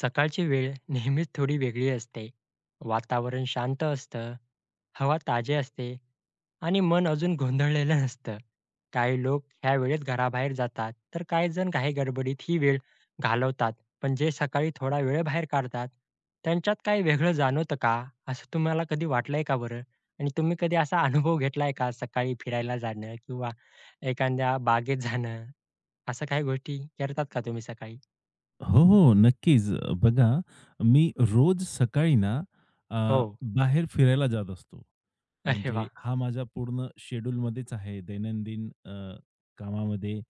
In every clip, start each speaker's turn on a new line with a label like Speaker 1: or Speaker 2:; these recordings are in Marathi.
Speaker 1: सकाळची वेळ नेहमीच थोडी वेगळी असते. वातावरण शांत असतं, हवा ताजी असते आणि मन अजून गोंधळलेलं नसतं. काही लोक ह्या वेळेत घराबाहेर जातात, तर काही जण काही गडबडीत ही वेळ घालवतात. पण जे सकाळी थोडा वेळ बाहेर काढतात, त्यांच्यात काही वेगळं जाणवतं का? असं तुम्हाला कधी वाटलंय का बरं? आणि तुम्ही कधी असा अनुभव घेतलाय का सकाळी फिरायला जाणं किंवा एखाद्या बागेत जाणं, असं काही गोष्टी करतात का तुम्ही सकाळी?
Speaker 2: हो, हो. नक्कीच. बघा, मी रोज सकाळी ना अ,
Speaker 1: हो.
Speaker 2: बाहेर फिरायला जात असतो.
Speaker 1: अरे
Speaker 2: म्हणजे
Speaker 1: वाह!
Speaker 2: हा माझा पूर्ण शेड्यूलमध्येच आहे. दैनंदिन कामामध्ये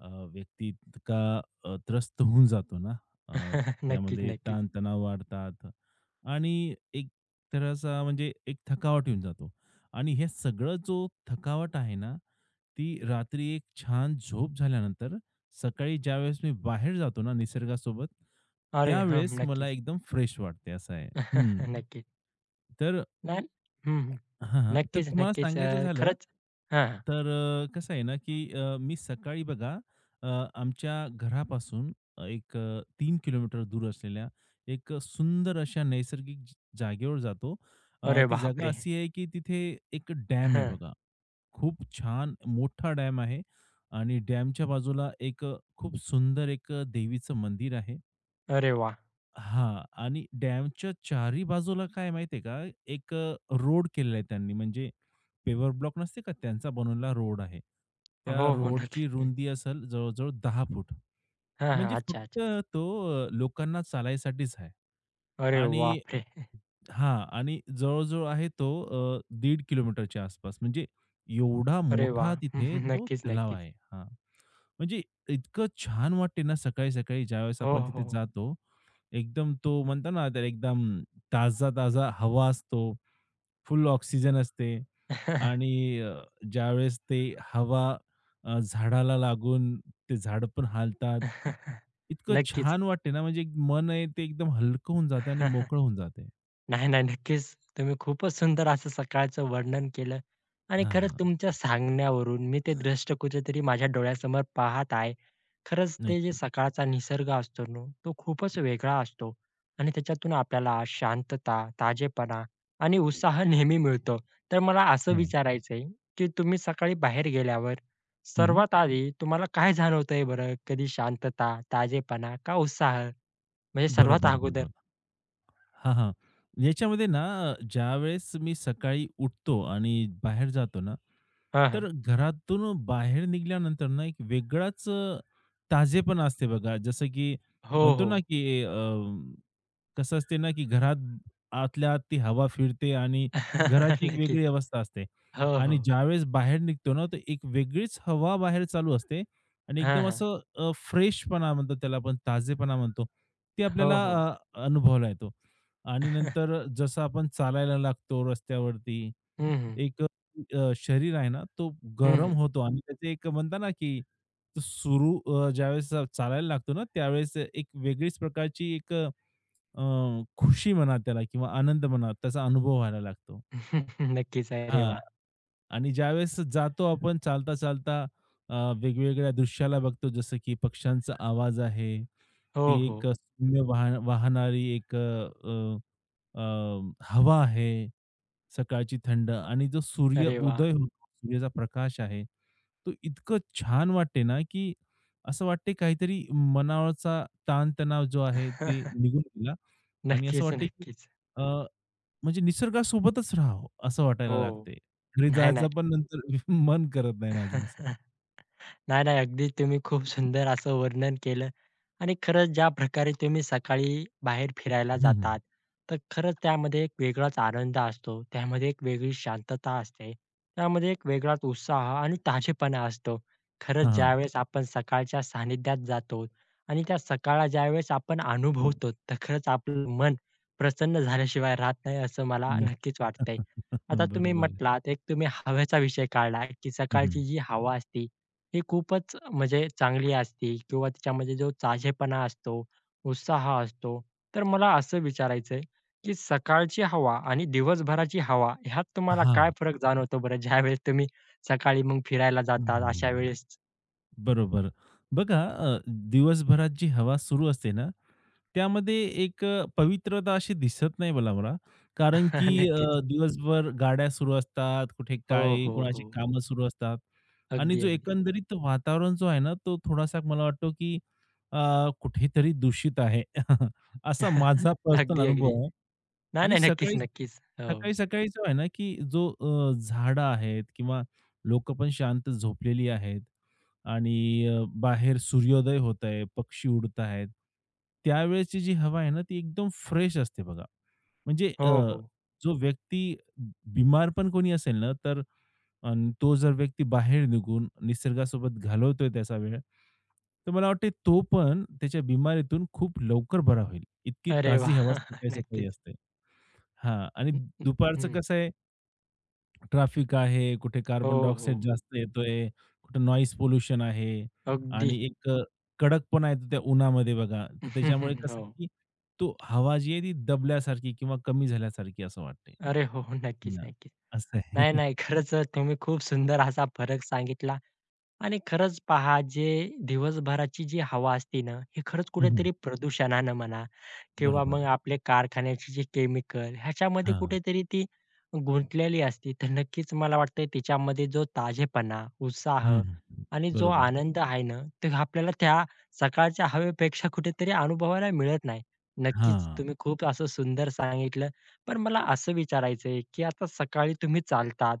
Speaker 2: व्यक्ती इतका त्रस्त होऊन जातो ना, अ,
Speaker 1: नक्कीच,
Speaker 2: त्यामध्ये
Speaker 1: नक्कीच.
Speaker 2: ताणतणाव वाढतात आणि एक तऱ्हेचा म्हणजे एक थकावट येऊन जातो आणि हे सगळं जो थकावट आहे ना, ती रात्री एक छान झोप झाल्यानंतर सकाळी ज्यावेळेस मी बाहेर जातो ना निसर्गासोबत,
Speaker 1: अरे हं,
Speaker 2: त्यावेळेस मला
Speaker 1: नक्कीच,
Speaker 2: एकदम फ्रेश वाटते असं आहे. हं.
Speaker 1: नक्कीच.
Speaker 2: तर
Speaker 1: नाही हं, हं.
Speaker 2: हां, हां. तर
Speaker 1: नक्कीच,
Speaker 2: तुम्हाला
Speaker 1: नक्कीच.
Speaker 2: सांगायचं झालं,
Speaker 1: खरंच हां, हां.
Speaker 2: तर कसं आहे ना, की मी सकाळी बघा, अ, आमच्या घरापासून एक 3 किलोमीटर दूर असलेल्या एक सुंदर अशा नैसर्गिक जागेवर जातो.
Speaker 1: अरे
Speaker 2: ती जागा
Speaker 1: बापरे!
Speaker 2: अशी आहे, की तिथे एक डॅम आहे
Speaker 1: हं.
Speaker 2: बघा. खूप छान मोठा डॅम आहे आणि डॅमच्या बाजूला एक खूप सुंदर एक देवीचं मंदिर आहे.
Speaker 1: अरे वाह!
Speaker 2: हां. आणि डॅमच्या चारी बाजूला काय आहे माहिती का, एक रोड केलेला आहे त्यांनी. म्हणजे पेवर ब्लॉक नसते का, त्यांचा बनवलेला रोड आहे.
Speaker 1: हो,
Speaker 2: त्या
Speaker 1: हो. नक्की.
Speaker 2: रोडची
Speaker 1: हं.
Speaker 2: रुंदी असेल जवळ-जवळ 10 फूट. म्हणजे
Speaker 1: हां, अच्छा,
Speaker 2: फक्त
Speaker 1: अच्छा.
Speaker 2: तो लोकांना चालायसाठीच आहे.
Speaker 1: अरे
Speaker 2: आणि
Speaker 1: बापरे!
Speaker 2: हां. आणि जवळ-जवळ आहे तो 1.5 किलोमीटरच्या आसपास. म्हणजे एवढा
Speaker 1: अरे वाह!
Speaker 2: मोठा
Speaker 1: हं,
Speaker 2: तिथे
Speaker 1: हं.
Speaker 2: तो
Speaker 1: नक्कीच,
Speaker 2: तलाव
Speaker 1: नक्कीच.
Speaker 2: आहे. हां. म्हणजे इतकं छान वाटते ना सकाळी-सकाळी ज्यावेळेस
Speaker 1: हो,
Speaker 2: आपण
Speaker 1: हो,
Speaker 2: तिथे
Speaker 1: हो.
Speaker 2: जातो. एकदम तो म्हणतो ना तर एकदम ताजा-ताजा हवा असतो, फुल ऑक्सिजन असते आणि अ, ज्यावेळेस ते हवा झाडाला लागून ते झाडं पण हालतात. इतकं
Speaker 1: नक्कीच.
Speaker 2: छान वाटते ना म्हणजे एक मन आहे ते एकदम हलकं होऊन जाते आणि मोकळं होऊन जाते.
Speaker 1: नाही, नाही. नक्कीच. तुम्ही खूपच सुंदर असं सकाळचं वर्णन केलं आणि
Speaker 2: हां,
Speaker 1: खरंच
Speaker 2: हां.
Speaker 1: तुमच्या सांगण्यावरून मी ते दृश्य कुठेतरी माझ्या डोळ्यासमोर पाहत आहे. खरंच ते जे
Speaker 2: नक्कीच.
Speaker 1: सकाळचा निसर्ग असतो ना, तो खूपच वेगळा असतो आणि त्याच्यातून आपल्याला शांतता, ताजेपणा आणि उत्साह नेहमी मिळतो. तर मला असं
Speaker 2: हं.
Speaker 1: विचारायचं की तुम्ही सकाळी बाहेर गेल्यावर
Speaker 2: हं.
Speaker 1: सर्वात आधी तुम्हाला काय जाणवतंय बरं? कधी शांतता, ताजेपणा का उत्साह? म्हणजे सर्वात
Speaker 2: बरोबर,
Speaker 1: अगोदर?
Speaker 2: बरोबर. हां, हां. याच्यामध्ये ना ज्यावेळेस मी सकाळी उठतो आणि बाहेर जातो ना
Speaker 1: हं, हं.
Speaker 2: तर घरातून बाहेर निघाल्यानंतर ना एक वेगळाच ताजेपणा असते बघा. जसं की
Speaker 1: हो,
Speaker 2: म्हणतो
Speaker 1: हो.
Speaker 2: ना की कसं असते ना, की घरात आतल्या आत ती हवा फिरते आणि घराची एक
Speaker 1: नक्कीच.
Speaker 2: वेगळी अवस्था असते
Speaker 1: हो, हो.
Speaker 2: आणि ज्यावेळेस बाहेर निघतो ना, तर एक वेगळीच हवा बाहेर चालू असते आणि
Speaker 1: हां,
Speaker 2: एकदम
Speaker 1: हां.
Speaker 2: असं फ्रेशपणा म्हणतो त्याला आपण, ताजेपणा म्हणतो. ते
Speaker 1: हो,
Speaker 2: आपल्याला
Speaker 1: हो.
Speaker 2: अ, अनुभवायला येतो आणि नंतर जसं आपण चालायला लागतो रस्त्यावरती,
Speaker 1: हं, हं.
Speaker 2: एक शरीर आहे ना, तो
Speaker 1: हं,
Speaker 2: गरम
Speaker 1: हं.
Speaker 2: होतो आणि त्याचे एक म्हणता ना, की सुरू ज्यावेळेस चालायला लागतो ना, त्यावेळेस एक वेगळीच प्रकारची एक अ, खुशी म्हणा त्याला किंवा आनंद म्हणा त्याचा अनुभव व्हायला लागतो.
Speaker 1: नक्कीच. अरे
Speaker 2: हां.
Speaker 1: वाह!
Speaker 2: आणि ज्यावेळेस जातो आपण चालता, चालता अ, वेगवेगळ्या दृश्याला बघतो जसं की पक्ष्यांचा आवाज आहे.
Speaker 1: हो,
Speaker 2: ती एक
Speaker 1: हो.
Speaker 2: सौम्य वाह वाहणारी एक अ, अ, अ, हवा आहे. सकाळची थंड आणि जो सूर्य
Speaker 1: अरे वाह!
Speaker 2: उदय होतो, सूर्याचा प्रकाश आहे. तो इतकं छान वाटते ना, की असं वाटते काहीतरी मनावरचा ताणतणाव जो आहे ते निघून गेला. आणि असं
Speaker 1: नक्कीच,
Speaker 2: वाटते की
Speaker 1: नक्कीच.
Speaker 2: अ, म्हणजे निसर्गासोबतच राहावं असं
Speaker 1: हो.
Speaker 2: वाटायला लागते. घरी
Speaker 1: नाही, नाही.
Speaker 2: जायचं पण नंतर मन करत नाही माझं असं आहे.
Speaker 1: नाही, नाही. अगदी तुम्ही खूप सुंदर असं वर्णन केलं आणि खरंच ज्या प्रकारे तुम्ही सकाळी बाहेर फिरायला
Speaker 2: हं, हं.
Speaker 1: जातात, तर खरंच त्यामध्ये एक वेगळाच आनंद असतो. त्यामध्ये एक वेगळी शांतता असते. त्यामध्ये एक वेगळाच उत्साह आणि ताजेपणा असतो. खरंच
Speaker 2: हां, हां.
Speaker 1: ज्यावेळेस आपण सकाळच्या सानिध्यात जातो आणि त्या सकाळला ज्यावेळेस आपण अनुभवतो, तर खरंच आपलं मन प्रसन्न झाल्याशिवाय राहत नाही असं मला
Speaker 2: नक्की.
Speaker 1: नक्कीच वाटतंय. आता
Speaker 2: हं,
Speaker 1: तुम्ही
Speaker 2: बरोबर आहे.
Speaker 1: म्हटलात, एक तुम्ही हवेचा विषय काढला की
Speaker 2: हं, हं.
Speaker 1: सकाळची जी हवा असते ही खूपच म्हणजे चांगली असते किंवा तिच्यामध्ये जो ताजेपणा असतो, उत्साह असतो. तर मला असं विचारायचं आहे, की सकाळची हवा आणि दिवसभराची हवा ह्यात तुम्हाला काय
Speaker 2: हां.
Speaker 1: फरक जाणवतो बरं? ज्यावेळेस तुम्ही सकाळी मग फिरायला जातात अशा वेळेस?
Speaker 2: बरोबर. बघा, दिवसभरात जी हवा सुरू असते ना, त्यामध्ये एक पवित्रता अशी दिसत नाही मला मला. कारण की
Speaker 1: नक्कीच.
Speaker 2: दिवसभर गाड्या सुरू असतात, कुठे
Speaker 1: हो,
Speaker 2: काय
Speaker 1: हो,
Speaker 2: कोणाची
Speaker 1: हो.
Speaker 2: कामं सुरू असतात आणि
Speaker 1: अगदी,
Speaker 2: जो
Speaker 1: अगदी.
Speaker 2: एकंदरीत वातावरण जो आहे ना, तो थोडासा मला वाटतो की अ, कुठेतरी दूषित आहे. असा माझा पर्सनल
Speaker 1: अगदी, अगदी.
Speaker 2: अनुभव आहे.
Speaker 1: नाही,
Speaker 2: आणि
Speaker 1: नाही. नक्कीच,
Speaker 2: सकाळी
Speaker 1: नक्कीच. हो.
Speaker 2: सकाळी सकाळी जो आहे ना, की जो झाडं आहेत किंवा लोकं पण शांत झोपलेली आहेत आणि बाहेर सूर्योदय होत आहे, पक्षी उडत आहेत. त्यावेळेची जी हवा आहे ना, ती एकदम फ्रेश असते बघा. म्हणजे
Speaker 1: हो, हो.
Speaker 2: जो व्यक्ती बीमार पण कोणी असेल ना, तर अन् तो जर व्यक्ती बाहेर निघून निसर्गासोबत घालवतोय त्याचा वेळ, तर मला वाटते तो पण त्याच्या बिमारीतून खूप लवकर बरा होईल. इतकी
Speaker 1: अरे
Speaker 2: ताजी
Speaker 1: वाह!
Speaker 2: हवा सकाळी सकाळी
Speaker 1: नक्कीच.
Speaker 2: असते. हां. आणि
Speaker 1: हं, हं,
Speaker 2: दुपारचं
Speaker 1: हं.
Speaker 2: कसं आहे, ट्रॅफिक आहे, कुठे
Speaker 1: हो,
Speaker 2: कार्बन
Speaker 1: हो.
Speaker 2: डायऑक्साईड जास्त येतोय, कुठे नॉईज पोल्युशन आहे
Speaker 1: अगदी.
Speaker 2: आणि एक कडकपणा येतो त्या उन्हामध्ये बघा. तर त्याच्यामुळे कसं आहे,
Speaker 1: हो.
Speaker 2: की तो हवा जी आहे ती दबल्यासारखी किंवा कमी झाल्यासारखी असं वाटते.
Speaker 1: अरे हो, हो. नक्कीच,
Speaker 2: ना
Speaker 1: नक्कीच.
Speaker 2: असं आहे.
Speaker 1: नाही, नाही. खरंच तुम्ही खूप सुंदर असा फरक सांगितला. आणि खरंच पहा, जे दिवसभराची जी हवा असते ना, हे खरंच
Speaker 2: हं,
Speaker 1: कुठेतरी प्रदूषणानं म्हणा किंवा मग
Speaker 2: बरोबर.
Speaker 1: आपले कारखान्याचे जे केमिकल ह्याच्यामध्ये
Speaker 2: हां.
Speaker 1: कुठेतरी ती गुंतलेली असते. तर नक्कीच मला वाटतंय तिच्यामध्ये जो ताजेपणा, उत्साह
Speaker 2: हं,
Speaker 1: आणि जो
Speaker 2: बरोबर.
Speaker 1: आनंद आहे ना, तो आपल्याला त्या सकाळच्या हवेपेक्षा कुठेतरी अनुभवायला मिळत नाही. नक्कीच
Speaker 2: हां.
Speaker 1: तुम्ही खूप असं सुंदर सांगितलं. पण मला असं विचारायचं की आता सकाळी तुम्ही चालतात,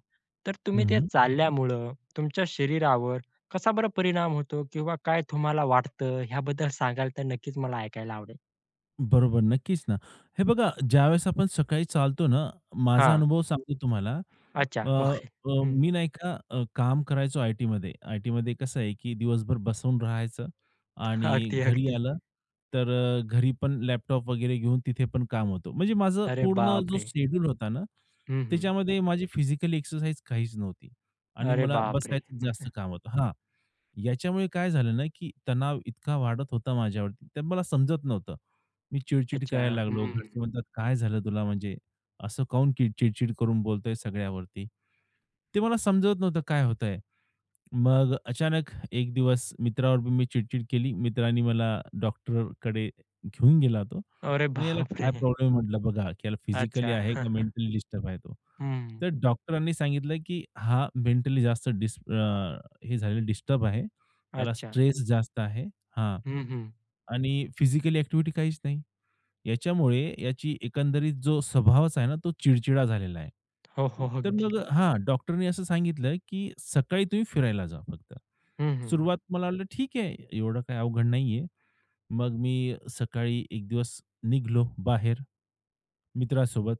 Speaker 1: तर तुम्ही ते
Speaker 2: हं,
Speaker 1: चालल्यामुळं तुमच्या शरीरावर कसा बरं परिणाम होतो किंवा काय तुम्हाला वाटतं ह्याबद्दल सांगाल तर नक्कीच मला ऐकायला आवडेल.
Speaker 2: बरोबर, नक्कीच ना. हे बघा, ज्यावेळेस आपण सकाळी चालतो ना, माझा
Speaker 1: हां.
Speaker 2: अनुभव सांगतो तुम्हाला.
Speaker 1: अच्छा.
Speaker 2: अ,
Speaker 1: ओके.
Speaker 2: अ,
Speaker 1: हं.
Speaker 2: मी नाही का काम करायचो आय-टीमध्ये. आय-टीमध्ये कसं आहे, की दिवसभर बसून राहायचं आणि
Speaker 1: अगदी,
Speaker 2: घरी
Speaker 1: अगदी.
Speaker 2: आलं, तर घरी पण लॅपटॉप वगैरे घेऊन तिथे पण काम होतं. म्हणजे माझं
Speaker 1: अरे
Speaker 2: पूर्ण जो
Speaker 1: बापरे!
Speaker 2: शेड्यूल होता ना,
Speaker 1: हं, हं.
Speaker 2: त्याच्यामध्ये माझी फिजिकल एक्सरसाइज काहीच नव्हती आणि
Speaker 1: अरे
Speaker 2: मला
Speaker 1: बापरे!
Speaker 2: बसायचं
Speaker 1: हं.
Speaker 2: जास्त काम होतं. हां, याच्यामुळे काय झालं ना, की तणाव इतका वाढत होता माझ्यावरती, तर मला समजत नव्हतं. मी चिडचिड
Speaker 1: अच्छा.
Speaker 2: करायला लागलो.
Speaker 1: हं.
Speaker 2: घरचे म्हणतात, "काय झालं तुला? म्हणजे असं काहून की चिडचिड करून बोलतोय सगळ्यावरती?" ते मला समजत नव्हतं काय होतंय. मग अचानक एक दिवस मित्रावर पण मी चिडचिड केली. मित्राने मला डॉक्टरकडे घेऊन गेला तो.
Speaker 1: अरे
Speaker 2: म्हणे, "याला काय
Speaker 1: बापरे!
Speaker 2: प्रॉब्लेम आहे?" म्हटलं, "बघा, की याला
Speaker 1: अच्छा.
Speaker 2: फिजिकली आहे का मेंटली डिस्टर्ब आहे तो?"
Speaker 1: हं.
Speaker 2: तर डॉक्टरांनी सांगितलं, की "हा मेंटली जास्त डिस अ, हे झालेला डिस्टर्ब आहे. याला
Speaker 1: अच्छा.
Speaker 2: स्ट्रेस जास्त आहे." हां.
Speaker 1: हं, हं.
Speaker 2: आणि फिजिकल ॲक्टिव्हिटी काहीच नाही. याच्यामुळे याची एकंदरीत जो स्वभावच आहे ना, तो चिडचिडा झालेला आहे.
Speaker 1: हो, हो.
Speaker 2: तर
Speaker 1: अगदी.
Speaker 2: मग हां, डॉक्टरनी असं सांगितलं, की सकाळी तुम्ही फिरायला जा फक्त.
Speaker 1: हं, हं.
Speaker 2: सुरुवात मला वाटलं ठीक आहे, एवढं काही अवघड नाहीये. मग मी सकाळी एक दिवस निघालो बाहेर मित्रासोबत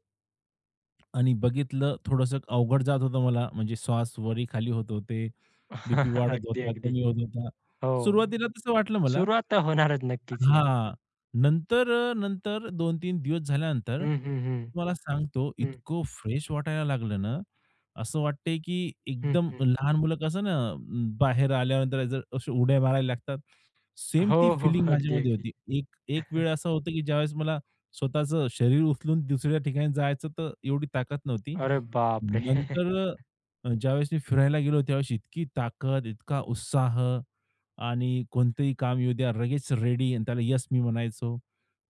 Speaker 2: आणि बघितलं थोडंसं अवघड जात होतं मला. म्हणजे श्वास वरी-खाली होत होते, बीपी वाढत
Speaker 1: अगदी,
Speaker 2: होता,
Speaker 1: अगदी.
Speaker 2: कमी होत होता.
Speaker 1: हो.
Speaker 2: सुरुवातीला तसं वाटलं मला.
Speaker 1: सुरुवात तर होणारच नक्कीच, नक्कीच.
Speaker 2: हां. नंतर नंतर 2-3 दिवस झाल्यानंतर
Speaker 1: हं, हं, हं.
Speaker 2: तुम्हाला सांगतो
Speaker 1: हं,
Speaker 2: इतकं फ्रेश वाटायला लागलं ना, असं वाटतंय की
Speaker 1: हं,
Speaker 2: एकदम
Speaker 1: हं.
Speaker 2: लहान मुलं कसं ना बाहेर आल्यानंतर जर अशी उड्या मारायला लागतात, सेम
Speaker 1: हो,
Speaker 2: ती
Speaker 1: हो.
Speaker 2: फीलिंग
Speaker 1: अगदी,
Speaker 2: माझ्यामध्ये
Speaker 1: अगदी.
Speaker 2: होती. एक एक वेळ असं होतं की ज्यावेळेस मला स्वतःचं शरीर उचलून दुसऱ्या ठिकाणी जायचं तर एवढी ताकद नव्हती.
Speaker 1: अरे बापरे!
Speaker 2: नंतर ज्यावेळेस मी फिरायला गेलो त्यावेळेस इतकी ताकद, इतका उत्साह आणि कोणतंही काम येऊ द्या लगेच रेडी आणि त्याला येस मी म्हणायचो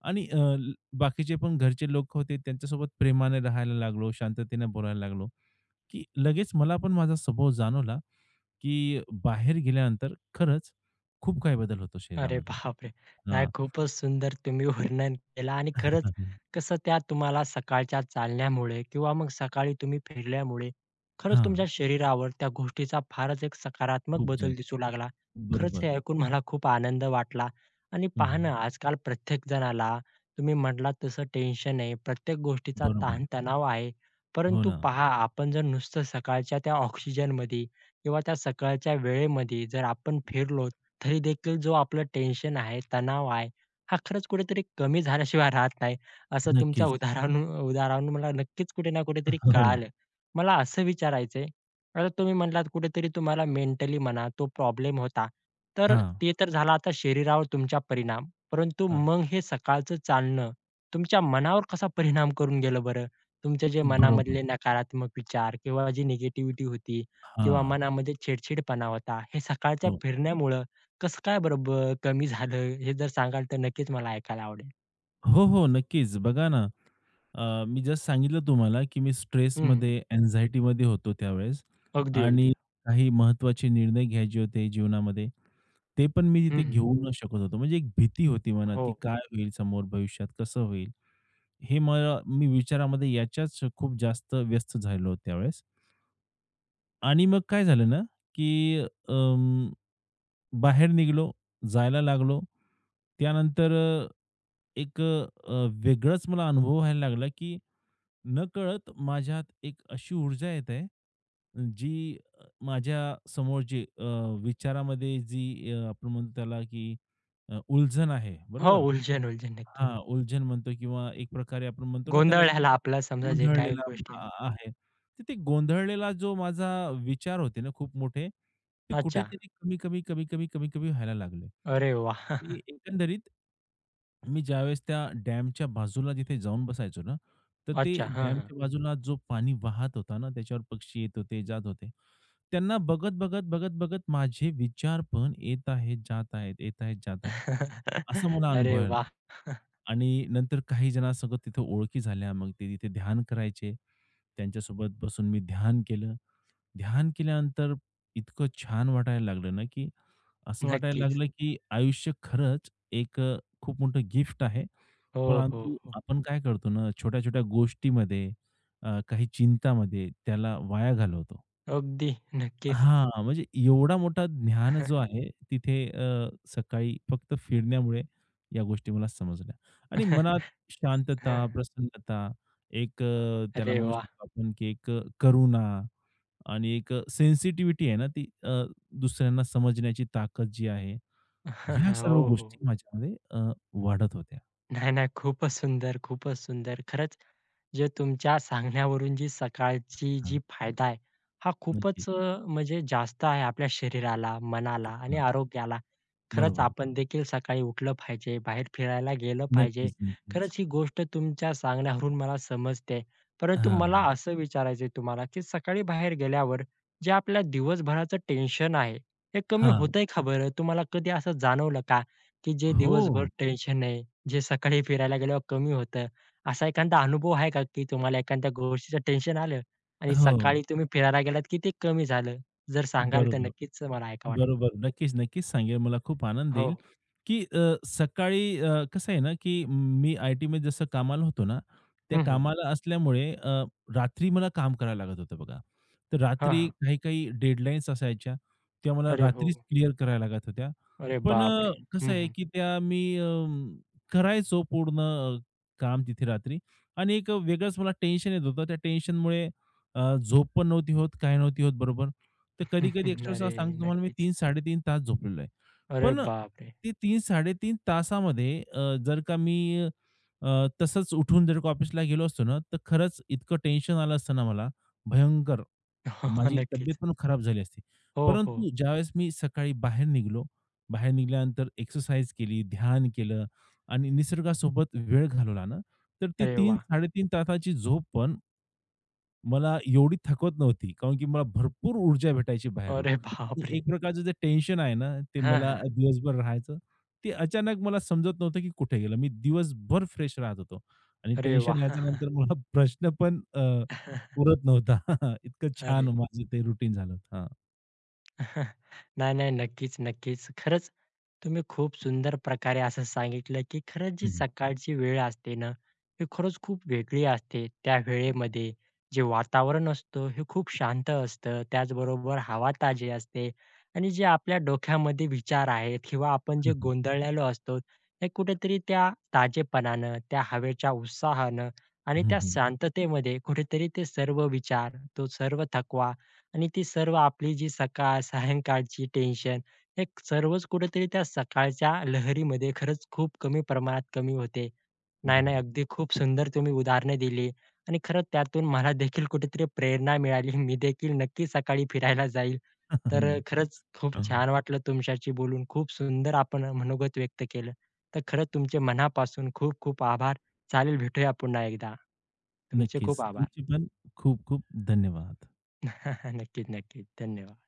Speaker 2: आणि अ, ल बाकीचे पण घरचे लोक होते त्यांच्यासोबत प्रेमाने राहायला लागलो, शांततेने बोलायला लागलो, की लगेच मला पण माझा स्वभाव जाणवला, की बाहेर गेल्यानंतर खरंच खूप काही बदल होतो
Speaker 1: अरे
Speaker 2: शरीरामध्ये.
Speaker 1: बापरे! नाही
Speaker 2: हां.
Speaker 1: खूपच सुंदर तुम्ही वर्णन केलं आणि
Speaker 2: हां.
Speaker 1: खरंच कसं त्या तुम्हाला सकाळच्या चालण्यामुळे किंवा मग सकाळी तुम्ही फिरल्यामुळे खरंच तुमच्या शरीरावर त्या गोष्टीचा फारच एक सकारात्मक
Speaker 2: खूप
Speaker 1: बदल
Speaker 2: जास्त.
Speaker 1: दिसू लागला. खरंच हे
Speaker 2: बरोबर.
Speaker 1: ऐकून मला खूप आनंद वाटला आणि पहा ना
Speaker 2: हं,
Speaker 1: आजकाल प्रत्येक जणाला तुम्ही म्हटलात तसं टेन्शन आहे, प्रत्येक गोष्टीचा
Speaker 2: बरोबर.
Speaker 1: ताणतणाव आहे.
Speaker 2: हो
Speaker 1: परंतु
Speaker 2: ना.
Speaker 1: पहा आपण जर नुसतं सकाळच्या त्या ऑक्सिजनमध्ये किंवा त्या सकाळच्या वेळेमध्ये जर आपण फिरलो तरी देखील जो आपलं टेन्शन आहे, तणाव आहे, हा खरंच कुठेतरी कमी झाल्याशिवाय राहत नाही, असं तुमच्या
Speaker 2: नक्कीच.
Speaker 1: उदाहरणावरून उदाहरणावरून मला नक्कीच कुठे ना कुठेतरी कळालं. मला असं विचारायचं आहे, आता तुम्ही म्हटलात कुठेतरी तुम्हाला मेंटली म्हणा तो प्रॉब्लेम होता. तर
Speaker 2: हां.
Speaker 1: ते तर झाला आता शरीरावर तुमचा परिणाम, परंतु
Speaker 2: हां.
Speaker 1: मग हे सकाळचं चालणं तुमच्या मनावर कसा परिणाम करून गेलं बरं? तुमचे जे
Speaker 2: बरोबर.
Speaker 1: मनामधले नकारात्मक विचार किंवा जी निगेटिव्हिटी होती किंवा
Speaker 2: हां.
Speaker 1: मनामध्ये चिडचिडपणा होता, हे सकाळच्या
Speaker 2: हो.
Speaker 1: फिरण्यामुळं कसं काय बरं कमी झालं? हे जर सांगाल तर नक्कीच मला ऐकायला आवडेल.
Speaker 2: हो, हो. नक्कीच. बघा ना, मी जस्ट सांगितलं तुम्हाला, की मी
Speaker 1: हं,
Speaker 2: स्ट्रेसमध्ये, अँक्झायटीमध्ये होतो त्यावेळेस
Speaker 1: अगदी, अगदी.
Speaker 2: आणि काही महत्त्वाचे निर्णय घ्यायचे होते जीवनामध्ये. ते पण मी तिथे
Speaker 1: हं,
Speaker 2: घेऊ न शकत होतो. म्हणजे एक भीती होती मनात,
Speaker 1: हो.
Speaker 2: की काय होईल समोर भविष्यात, कसं होईल? हे मला मी विचारामध्ये याच्याच खूप जास्त व्यस्त झालो त्यावेळेस. आणि मग काय झालं ना, की अं, बाहेर निघालो, जायला लागलो. त्यानंतर एक अ, अ, वेगळाच मला अनुभव व्हायला लागला, की नकळत माझ्यात एक अशी ऊर्जा येत आहे, जी माझ्या समोर जी विचारामध्ये जी आपण म्हणतो त्याला, की उलझन आहे,
Speaker 1: हो,
Speaker 2: बरोबर?
Speaker 1: उलझन, उलझन नक्की.
Speaker 2: हां, उलझन म्हणतो किंवा एक प्रकारे आपण म्हणतो ना त्याला, की
Speaker 1: गोंधळाला आपला समजा जे काही
Speaker 2: गोंधळलेला
Speaker 1: गोष्टी आहेत.
Speaker 2: आ आ आहे. तर ते गोंधळलेला जो माझा विचार होते ना खूप मोठे, ते
Speaker 1: अच्छा.
Speaker 2: कुठेतरी कमी, कमी, कमी, कमी, कमी, कमी व्हायला लागले.
Speaker 1: अरे वाह!
Speaker 2: आणि एकंदरीत मी ज्यावेळेस त्या डॅमच्या बाजूला जिथे जाऊन बसायचो ना, तर ते
Speaker 1: अच्छा. हां, हां.
Speaker 2: डॅमच्या बाजूला जो पाणी वाहत होता ना, त्याच्यावर पक्षी येत होते, जात होते. त्यांना बघत, बघत, बघत, बघत माझे विचार पण येत आहेत, जात आहेत, येत आहेत, जात आहेत. असा मला अनुभव
Speaker 1: अरे
Speaker 2: आला.
Speaker 1: वाह!
Speaker 2: आणि नंतर काही जणांसोबत तिथे ओळखी झाल्या. मग ते तिथे ध्यान करायचे. त्यांच्यासोबत बसून मी ध्यान केलं. ध्यान केल्यानंतर इतकं छान वाटायला लागलं ना, की असं वाटायला
Speaker 1: नक्कीच.
Speaker 2: लागलं, की आयुष्य खरंच एक खूप मोठं गिफ्ट आहे.
Speaker 1: हो, हो,
Speaker 2: परंतु
Speaker 1: हो.
Speaker 2: आपण काय करतो ना, छोट्या-छोट्या गोष्टीमध्ये काही चिंतामध्ये त्याला वाया घालवतो.
Speaker 1: अगदी. नक्कीच.
Speaker 2: हां, म्हणजे एवढा मोठा ज्ञान जो आहे तिथे सकाळी फक्त फिरण्यामुळे या गोष्टी मला समजल्या आणि मनात शांतता,
Speaker 1: हं.
Speaker 2: प्रसन्नता, एक त्याला
Speaker 1: अरे
Speaker 2: म्हणू
Speaker 1: वाह!
Speaker 2: शकतो आपण, की एक करुणा आणि एक सेन्सिटिव्हिटी आहे ना, ती दुसऱ्यांना समजण्याची ताकद जी आहे, ह्या सर्व
Speaker 1: हो,
Speaker 2: गोष्टी
Speaker 1: हो.
Speaker 2: माझ्यामध्ये वाढत होत्या.
Speaker 1: नाही, नाही. खूपच सुंदर, खूपच सुंदर. खरंच जे तुमच्या सांगण्यावरून जी सकाळची
Speaker 2: हां,
Speaker 1: जी फायदा आहे, हा
Speaker 2: नक्कीच.
Speaker 1: खूपच म्हणजे जास्त आहे आपल्या शरीराला, मनाला आणि
Speaker 2: हां,
Speaker 1: आरोग्याला. खरंच
Speaker 2: बरोबर.
Speaker 1: आपण देखील सकाळी उठलं पाहिजे, बाहेर फिरायला गेलं पाहिजे.
Speaker 2: नक्कीच, नक्कीच.
Speaker 1: खरंच ही गोष्ट तुमच्या सांगण्यावरून मला समजते. परंतु मला
Speaker 2: हां,
Speaker 1: असं विचारायचं तुम्हाला, की सकाळी बाहेर गेल्यावर जे आपल्या दिवसभराचं टेन्शन आहे, हे कमी
Speaker 2: हां.
Speaker 1: होतंय का बरं? तुम्हाला कधी असं जाणवलं का, की जे दिवसभर
Speaker 2: हो,
Speaker 1: टेन्शन आहे जे सकाळी फिरायला गेल्यावर कमी होतं. असा एखादा अनुभव आहे का, की तुम्हाला एखाद्या गोष्टीचं टेन्शन आलं आणि
Speaker 2: हो.
Speaker 1: सकाळी तुम्ही फिरायला गेलात, की ते कमी झालं? जर सांगाल तर
Speaker 2: बरोबर,
Speaker 1: नक्कीच मला ऐकावं वाटेल.
Speaker 2: बरोबर. नक्कीच, नक्कीच सांगेल. मला खूप आनंद
Speaker 1: हो.
Speaker 2: येईल, की सकाळी कसं आहे ना, की मी आय-टीमध्ये जसं कामाला होतो ना, त्या
Speaker 1: हं, हं.
Speaker 2: कामाला असल्यामुळे रात्री मला काम करायला लागत होतं बघा. तर
Speaker 1: हां,
Speaker 2: रात्री
Speaker 1: हां.
Speaker 2: काही-काही डेडलाईन्स असायच्या, त्या मला
Speaker 1: अरे हो.
Speaker 2: रात्रीच क्लिअर करायला लागत होत्या.
Speaker 1: अरे
Speaker 2: पण
Speaker 1: बापरे!
Speaker 2: कसं
Speaker 1: हं,
Speaker 2: आहे,
Speaker 1: हं.
Speaker 2: की त्या मी करायचो पूर्ण काम तिथे रात्री आणि एक वेगळंच मला टेन्शन येत होतं. त्या टेन्शनमुळे झोप पण नव्हती होत, काय नव्हती होत बरोबर. तर कधी-कधी एक्स्ट्रा
Speaker 1: अरे
Speaker 2: सांगतो तुम्हाला मी
Speaker 1: नक्कीच.
Speaker 2: 3-3.5 तास झोपलेलो आहे.
Speaker 1: अरे
Speaker 2: पण
Speaker 1: बापरे!
Speaker 2: ते 3-3.5 तासामध्ये जर का मी अ, तसंच उठून जर का ऑफिसला गेलो असतो ना, तर खरंच इतकं टेन्शन आलं असतं ना मला भयंकर. माझी तब्येत
Speaker 1: नक्कीच.
Speaker 2: पण खराब झाली असती.
Speaker 1: हो, हो.
Speaker 2: परंतु ज्यावेळेस मी सकाळी बाहेर निघालो बाहेर निघाल्यानंतर एक्सरसाइज केली, ध्यान केलं आणि निसर्गासोबत वेळ घालवला ना, तर ती
Speaker 1: अरे वाह!
Speaker 2: 3-3.5 तासाची झोप पण मला एवढी थकवत नव्हती. कारण की मला भरपूर ऊर्जा भेटायची बाहेरून
Speaker 1: अरे
Speaker 2: आणि
Speaker 1: बापरे!
Speaker 2: एक प्रकारचं जे टेन्शन आहे ना, ते
Speaker 1: हां,
Speaker 2: मला
Speaker 1: हां.
Speaker 2: दिवसभर राहायचं. ते अचानक मला समजत नव्हतं की कुठे गेलं. मी दिवसभर फ्रेश राहत होतो आणि
Speaker 1: अरे
Speaker 2: टेन्शन
Speaker 1: वाह!
Speaker 2: याच्यानंतर मला प्रश्न पण उरत नव्हता. इतकं छान
Speaker 1: अरे.
Speaker 2: माझं ते रुटीन झालं होतं. हां.
Speaker 1: नाही, नाही. नक्कीच, नक्कीच. खरंच तुम्ही खूप सुंदर प्रकारे असं सांगितलं, की खरंच जी
Speaker 2: हं,
Speaker 1: सकाळची वेळ असते ना, ही खरंच खूप वेगळी असते. त्या वेळेमध्ये जे वातावरण असतं, हे खूप शांत असतं. त्याचबरोबर हवा ताजी असते आणि जे आपल्या डोक्यामध्ये विचार आहेत किंवा आपण जे
Speaker 2: हं.
Speaker 1: गोंधळलेलो असतो, हे कुठेतरी त्या ताजेपणानं, त्या हवेच्या उत्साहानं आणि त्या
Speaker 2: हं,
Speaker 1: शांततेमध्ये कुठेतरी ते सर्व विचार, तो सर्व थकवा आणि ती सर्व आपली जी सकाळ, सायंकाळची टेन्शन हे सर्वच कुठेतरी त्या सकाळच्या लहरीमध्ये खरंच खूप कमी प्रमाणात कमी होते. नाही, नाही.
Speaker 2: बरोबर.
Speaker 1: अगदी खूप सुंदर तुम्ही उदाहरणं दिली आणि खरंच त्यातून मला देखील कुठेतरी प्रेरणा मिळाली. मी देखील नक्की सकाळी फिरायला जाईल. तर खरंच
Speaker 2: नक्कीच.
Speaker 1: खूप छान वाटलं तुमच्याशी बोलून. खूप सुंदर आपण मनोगत व्यक्त केलं. तर खरंच तुमचे मनापासून खूप खूप आभार. चालेल भेटूया पुन्हा एकदा. तुमचे
Speaker 2: नक्कीच.
Speaker 1: खूप आभार.
Speaker 2: तुमची पण खूप खूप धन्यवाद.
Speaker 1: नक्कीच, नक्कीच. धन्यवाद.